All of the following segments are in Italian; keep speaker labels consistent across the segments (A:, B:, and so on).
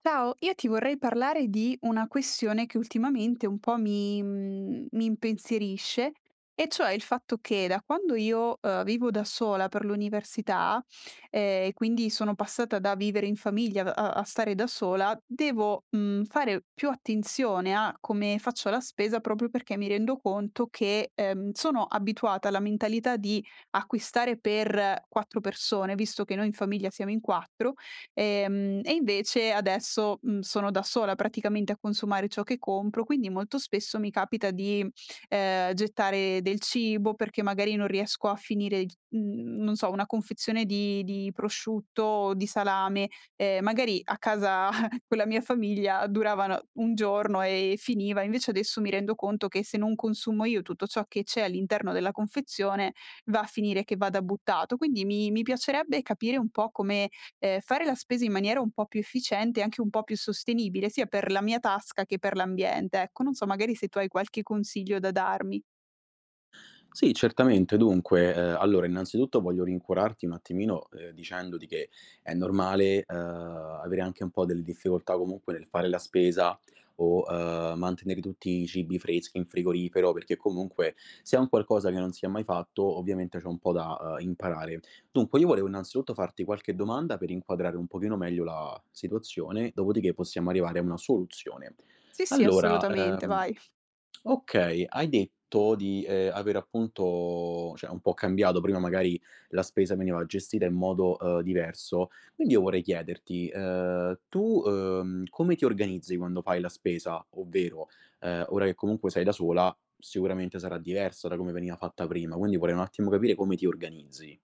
A: Ciao, io ti vorrei parlare di una questione che ultimamente un po' mi impensierisce, e cioè il fatto che da quando io vivo da sola per l'università, quindi sono passata da vivere in famiglia a stare da sola, devo fare più attenzione a come faccio la spesa proprio perché mi rendo conto che sono abituata alla mentalità di acquistare per 4 persone, visto che noi in famiglia siamo in quattro. E invece adesso, sono da sola praticamente a consumare ciò che compro, quindi molto spesso mi capita di gettare del cibo perché magari non riesco a finire il non so, una confezione di prosciutto o di salame. Magari a casa con la mia famiglia duravano un giorno e finiva, invece adesso mi rendo conto che se non consumo io tutto ciò che c'è all'interno della confezione, va a finire che vada buttato. Quindi mi piacerebbe capire un po' come fare la spesa in maniera un po' più efficiente e anche un po' più sostenibile, sia per la mia tasca che per l'ambiente, ecco. Non so, magari se tu hai qualche consiglio da darmi.
B: Sì, certamente. Dunque, allora innanzitutto voglio rincuorarti un attimino, dicendoti che è normale, avere anche un po' delle difficoltà comunque nel fare la spesa o, mantenere tutti i cibi freschi in frigorifero, perché comunque se è un qualcosa che non si è mai fatto, ovviamente c'è un po' da, imparare. Dunque, io volevo innanzitutto farti qualche domanda per inquadrare un pochino meglio la situazione, dopodiché possiamo arrivare a una soluzione.
A: Sì, sì,
B: Allora, sì.
A: assolutamente, vai.
B: Okay, hai detto di, aver appunto cioè un po' cambiato, prima magari la spesa veniva gestita in modo, diverso. Quindi io vorrei chiederti, tu, come ti organizzi quando fai la spesa? Ovvero, ora che comunque sei da sola, sicuramente sarà diversa da come veniva fatta prima, quindi vorrei un attimo capire come ti organizzi.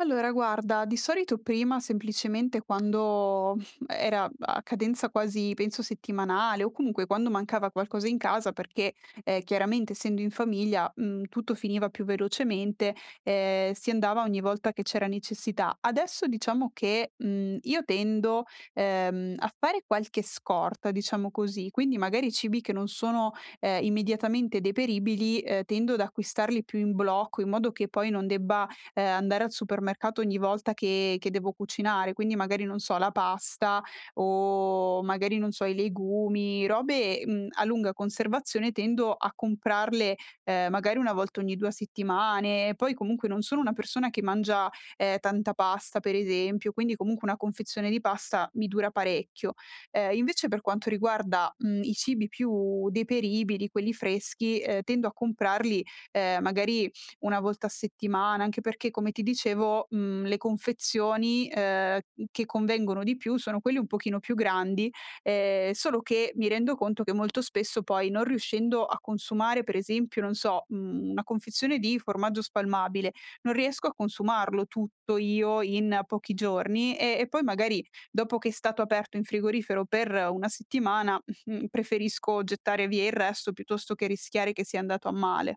A: Allora guarda, di solito prima semplicemente quando era a cadenza quasi penso settimanale o comunque quando mancava qualcosa in casa perché, chiaramente essendo in famiglia, tutto finiva più velocemente, si andava ogni volta che c'era necessità. Adesso diciamo che, io tendo, a fare qualche scorta, diciamo così, quindi magari cibi che non sono, immediatamente deperibili, tendo ad acquistarli più in blocco in modo che poi non debba andare al supermercato ogni volta che devo cucinare, quindi magari non so, la pasta o magari non so, i legumi, robe, a lunga conservazione tendo a comprarle, magari 1 volta ogni 2 settimane. Poi comunque non sono una persona che mangia, tanta pasta per esempio, quindi comunque una confezione di pasta mi dura parecchio. Invece per quanto riguarda, i cibi più deperibili, quelli freschi, tendo a comprarli, magari 1 volta a settimana, anche perché come ti dicevo, le confezioni, che convengono di più sono quelle un pochino più grandi, solo che mi rendo conto che molto spesso poi non riuscendo a consumare, per esempio, non so, una confezione di formaggio spalmabile, non riesco a consumarlo tutto io in pochi giorni e poi magari dopo che è stato aperto in frigorifero per 1 settimana, preferisco gettare via il resto piuttosto che rischiare che sia andato a male.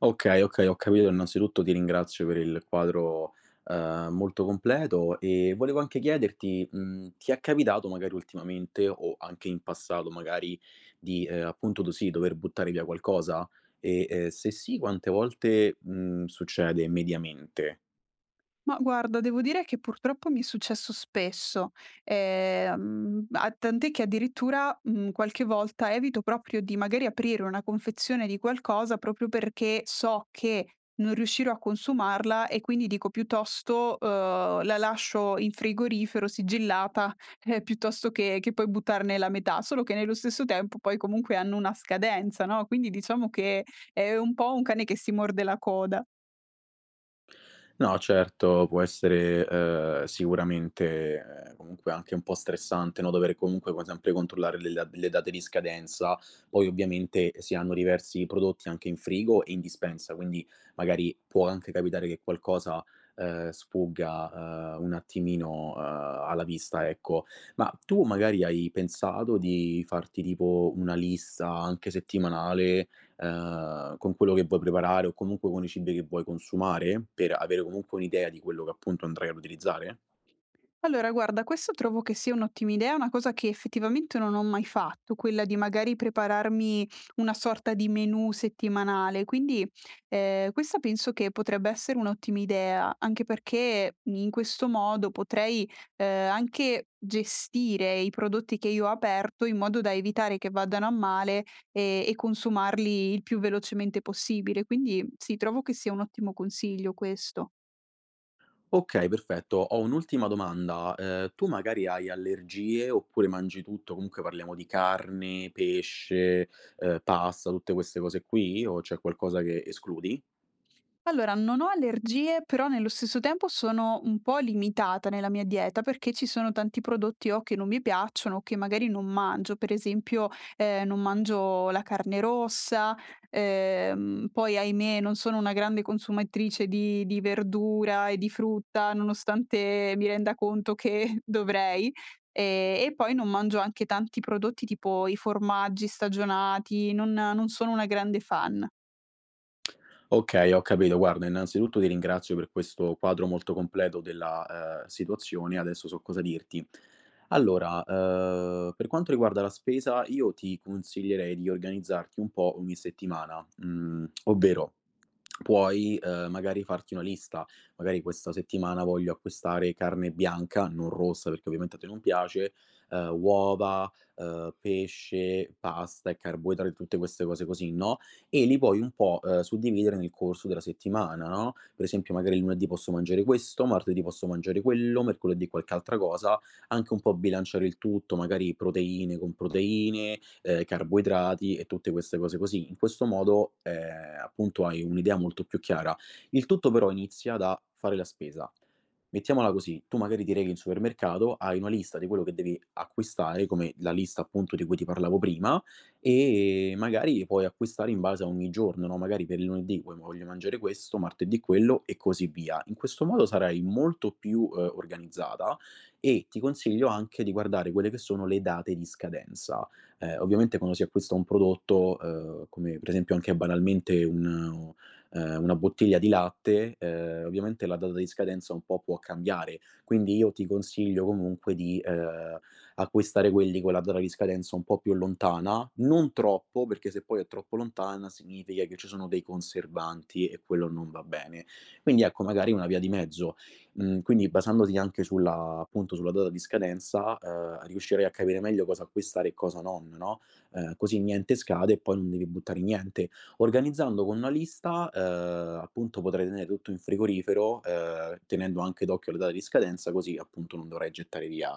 B: Okay, okay, ho capito. Innanzitutto ti ringrazio per il quadro, molto completo e volevo anche chiederti, mhmm, ti è capitato magari ultimamente o anche in passato magari di, appunto do sì, dover buttare via qualcosa? E, se sì, quante volte, mhmm, succede mediamente?
A: Ma guarda, devo dire che purtroppo mi è successo spesso, a tant'è che addirittura, qualche volta evito proprio di magari aprire una confezione di qualcosa, proprio perché so che non riuscirò a consumarla e quindi dico piuttosto, la lascio in frigorifero sigillata, piuttosto che poi buttarne la metà. Solo che nello stesso tempo poi comunque hanno una scadenza, no, quindi diciamo che è un po' un cane che si morde la coda.
B: No, certo, può essere, sicuramente, comunque anche un po' stressante, no, dover comunque co sempre controllare le date di scadenza. Poi ovviamente si hanno diversi prodotti anche in frigo e in dispensa, quindi magari può anche capitare che qualcosa, sfugga, un attimino, alla vista, ecco. Ma tu magari hai pensato di farti tipo una lista anche settimanale con quello che vuoi preparare o comunque con i cibi che vuoi consumare, per avere comunque un'idea di quello che appunto andrai ad utilizzare?
A: Allora, guarda, questo trovo che sia un'ottima idea, è una cosa che effettivamente non ho mai fatto, quella di magari prepararmi una sorta di menù settimanale. Quindi, questa penso che potrebbe essere un'ottima idea, anche perché in questo modo potrei, anche gestire i prodotti che io ho aperto in modo da evitare che vadano a male, e consumarli il più velocemente possibile. Quindi sì, trovo che sia un ottimo consiglio questo.
B: Okay, perfetto. Ho un'ultima domanda. Tu magari hai allergie oppure mangi tutto? Comunque parliamo di carne, pesce, pasta, tutte queste cose qui o c'è qualcosa che escludi?
A: Allora, non ho allergie, però nello stesso tempo sono un po' limitata nella mia dieta perché ci sono tanti prodotti o che non mi piacciono o che magari non mangio. Per esempio, non mangio la carne rossa, poi ahimè non sono una grande consumatrice di verdura e di frutta, nonostante mi renda conto che dovrei. E poi non mangio anche tanti prodotti tipo i formaggi stagionati, non sono una grande fan.
B: Okay, ho capito. Guarda, innanzitutto ti ringrazio per questo quadro molto completo della, situazione, adesso so cosa dirti. Allora, per quanto riguarda la spesa, io ti consiglierei di organizzarti un po' ogni settimana, mhmm, ovvero puoi, magari farti una lista. Magari questa settimana voglio acquistare carne bianca, non rossa perché ovviamente a te non piace, uova, pesce, pasta e carboidrati, tutte queste cose così, no, e li puoi un po', suddividere nel corso della settimana, no, per esempio magari lunedì posso mangiare questo, martedì posso mangiare quello, mercoledì qualche altra cosa, anche un po' bilanciare il tutto, magari proteine con proteine, carboidrati e tutte queste cose così. In questo modo, appunto hai un'idea molto più chiara. Il tutto però inizia da fare la spesa. Mettiamola così, tu magari ti rechi in supermercato, hai una lista di quello che devi acquistare, come la lista appunto di cui ti parlavo prima, e magari puoi acquistare in base a ogni giorno, no, magari per il lunedì vuoi voglio mangiare questo, martedì quello e così via. In questo modo sarai molto più, organizzata e ti consiglio anche di guardare quelle che sono le date di scadenza. Ovviamente quando si acquista un prodotto, come per esempio anche banalmente un una bottiglia di latte, ovviamente la data di scadenza un po' può cambiare. Quindi io ti consiglio comunque di, acquistare quelli con la data di scadenza un po' più lontana, non troppo, perché se poi è troppo lontana significa che ci sono dei conservanti e quello non va bene. Quindi ecco, magari una via di mezzo. Mhmm, quindi basandoti anche sulla appunto, sulla data di scadenza, riuscirei a capire meglio cosa acquistare e cosa non, no, così niente scade e poi non devi buttare niente. Organizzando con una lista, appunto potrai tenere tutto in frigorifero, tenendo anche d'occhio le date di scadenza, così appunto non dovrai gettare via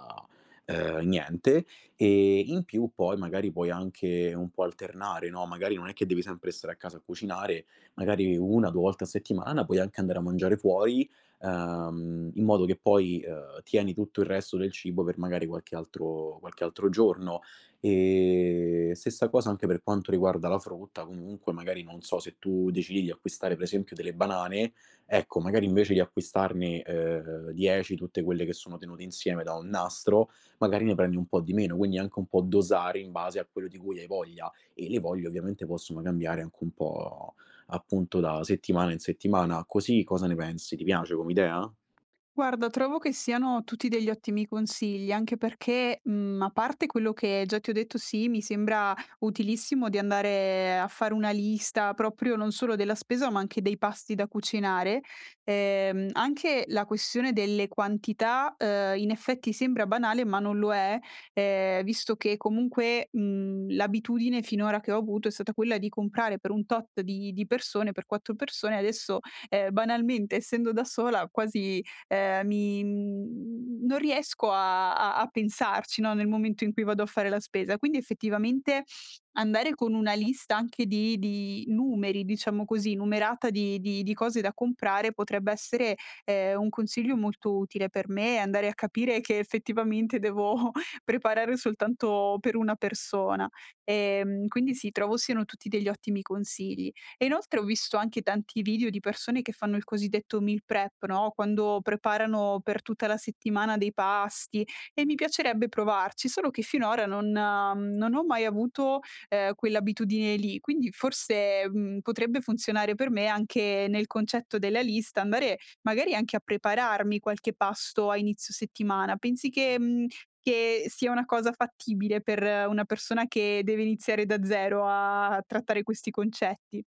B: niente. E in più poi magari puoi anche un po' alternare, no, magari non è che devi sempre stare a casa a cucinare, magari 1, 2 volte a settimana puoi anche andare a mangiare fuori, in modo che poi, tieni tutto il resto del cibo per magari qualche altro giorno. Stessa cosa anche per quanto riguarda la frutta, comunque magari non so, se tu decidi di acquistare per esempio delle banane, ecco magari invece di acquistarne, 10 tutte quelle che sono tenute insieme da un nastro, magari ne prendi un po' di meno, quindi anche un po' dosare in base a quello di cui hai voglia e le voglie ovviamente possono cambiare anche un po' appunto da settimana in settimana. Così cosa ne pensi? Ti piace come idea?
A: Guarda, trovo che siano tutti degli ottimi consigli, anche perché, a parte quello che già ti ho detto, sì, mi sembra utilissimo di andare a fare una lista proprio non solo della spesa, ma anche dei pasti da cucinare. Anche la questione delle quantità, in effetti sembra banale, ma non lo è, visto che comunque, l'abitudine finora che ho avuto è stata quella di comprare per un tot di persone, per 4 persone, adesso, banalmente essendo da sola quasi non riesco a pensarci, no, nel momento in cui vado a fare la spesa. Quindi effettivamente andare con una lista anche di numeri, diciamo così, numerata di cose da comprare potrebbe essere, un consiglio molto utile per me, andare a capire che effettivamente devo preparare soltanto per una persona. Quindi sì, trovo siano tutti degli ottimi consigli. E inoltre ho visto anche tanti video di persone che fanno il cosiddetto meal prep, no, quando preparano per tutta la settimana dei pasti e mi piacerebbe provarci, solo che finora non ho mai avuto, quell'abitudine lì. Quindi forse, potrebbe funzionare per me anche nel concetto della lista, andare magari anche a prepararmi qualche pasto a inizio settimana. Pensi che sia una cosa fattibile per una persona che deve iniziare da zero a trattare questi concetti?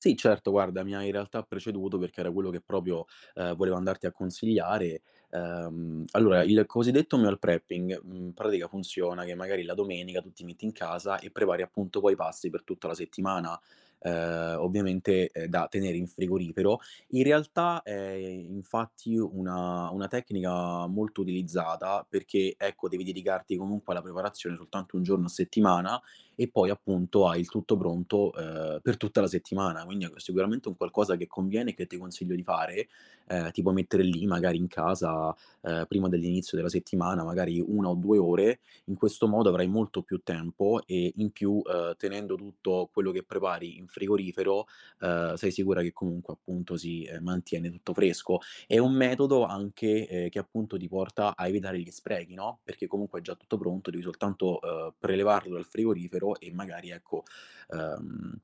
B: Sì, certo, guarda, mi hai in realtà preceduto perché era quello che proprio, volevo andarti a consigliare. Allora, il cosiddetto meal prepping, mhmm, in pratica funziona che magari la domenica tu ti metti in casa e prepari appunto poi i pasti per tutta la settimana, ovviamente, da tenere in frigorifero. In realtà è infatti una tecnica molto utilizzata perché, ecco, devi dedicarti comunque alla preparazione soltanto 1 giorno a settimana, e poi appunto hai il tutto pronto, per tutta la settimana. Quindi è sicuramente un qualcosa che conviene e che ti consiglio di fare, ti puoi mettere lì magari in casa, prima dell'inizio della settimana, magari 1 o 2 ore, in questo modo avrai molto più tempo e in più, tenendo tutto quello che prepari in frigorifero, sei sicura che comunque appunto si, mantiene tutto fresco. È un metodo anche, che appunto ti porta a evitare gli sprechi, no, perché comunque è già tutto pronto, devi soltanto, prelevarlo dal frigorifero e magari ecco, uhm,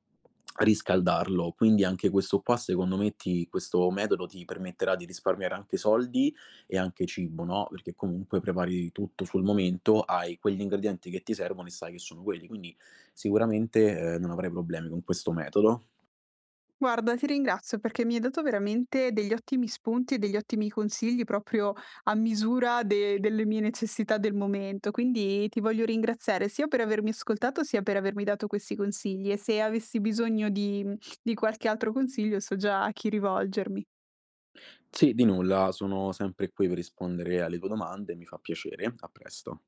B: riscaldarlo. Quindi anche questo qua secondo me ti questo metodo ti permetterà di risparmiare anche soldi e anche cibo, no, perché comunque prepari tutto sul momento, hai quegli ingredienti che ti servono e sai che sono quelli. Quindi sicuramente, non avrai problemi con questo metodo.
A: Guarda, ti ringrazio perché mi hai dato veramente degli ottimi spunti e degli ottimi consigli proprio a misura delle mie necessità del momento. Quindi ti voglio ringraziare sia per avermi ascoltato sia per avermi dato questi consigli. E se avessi bisogno di qualche altro consiglio, so già a chi rivolgermi.
B: Sì, di nulla, sono sempre qui per rispondere alle tue domande, mi fa piacere. A presto.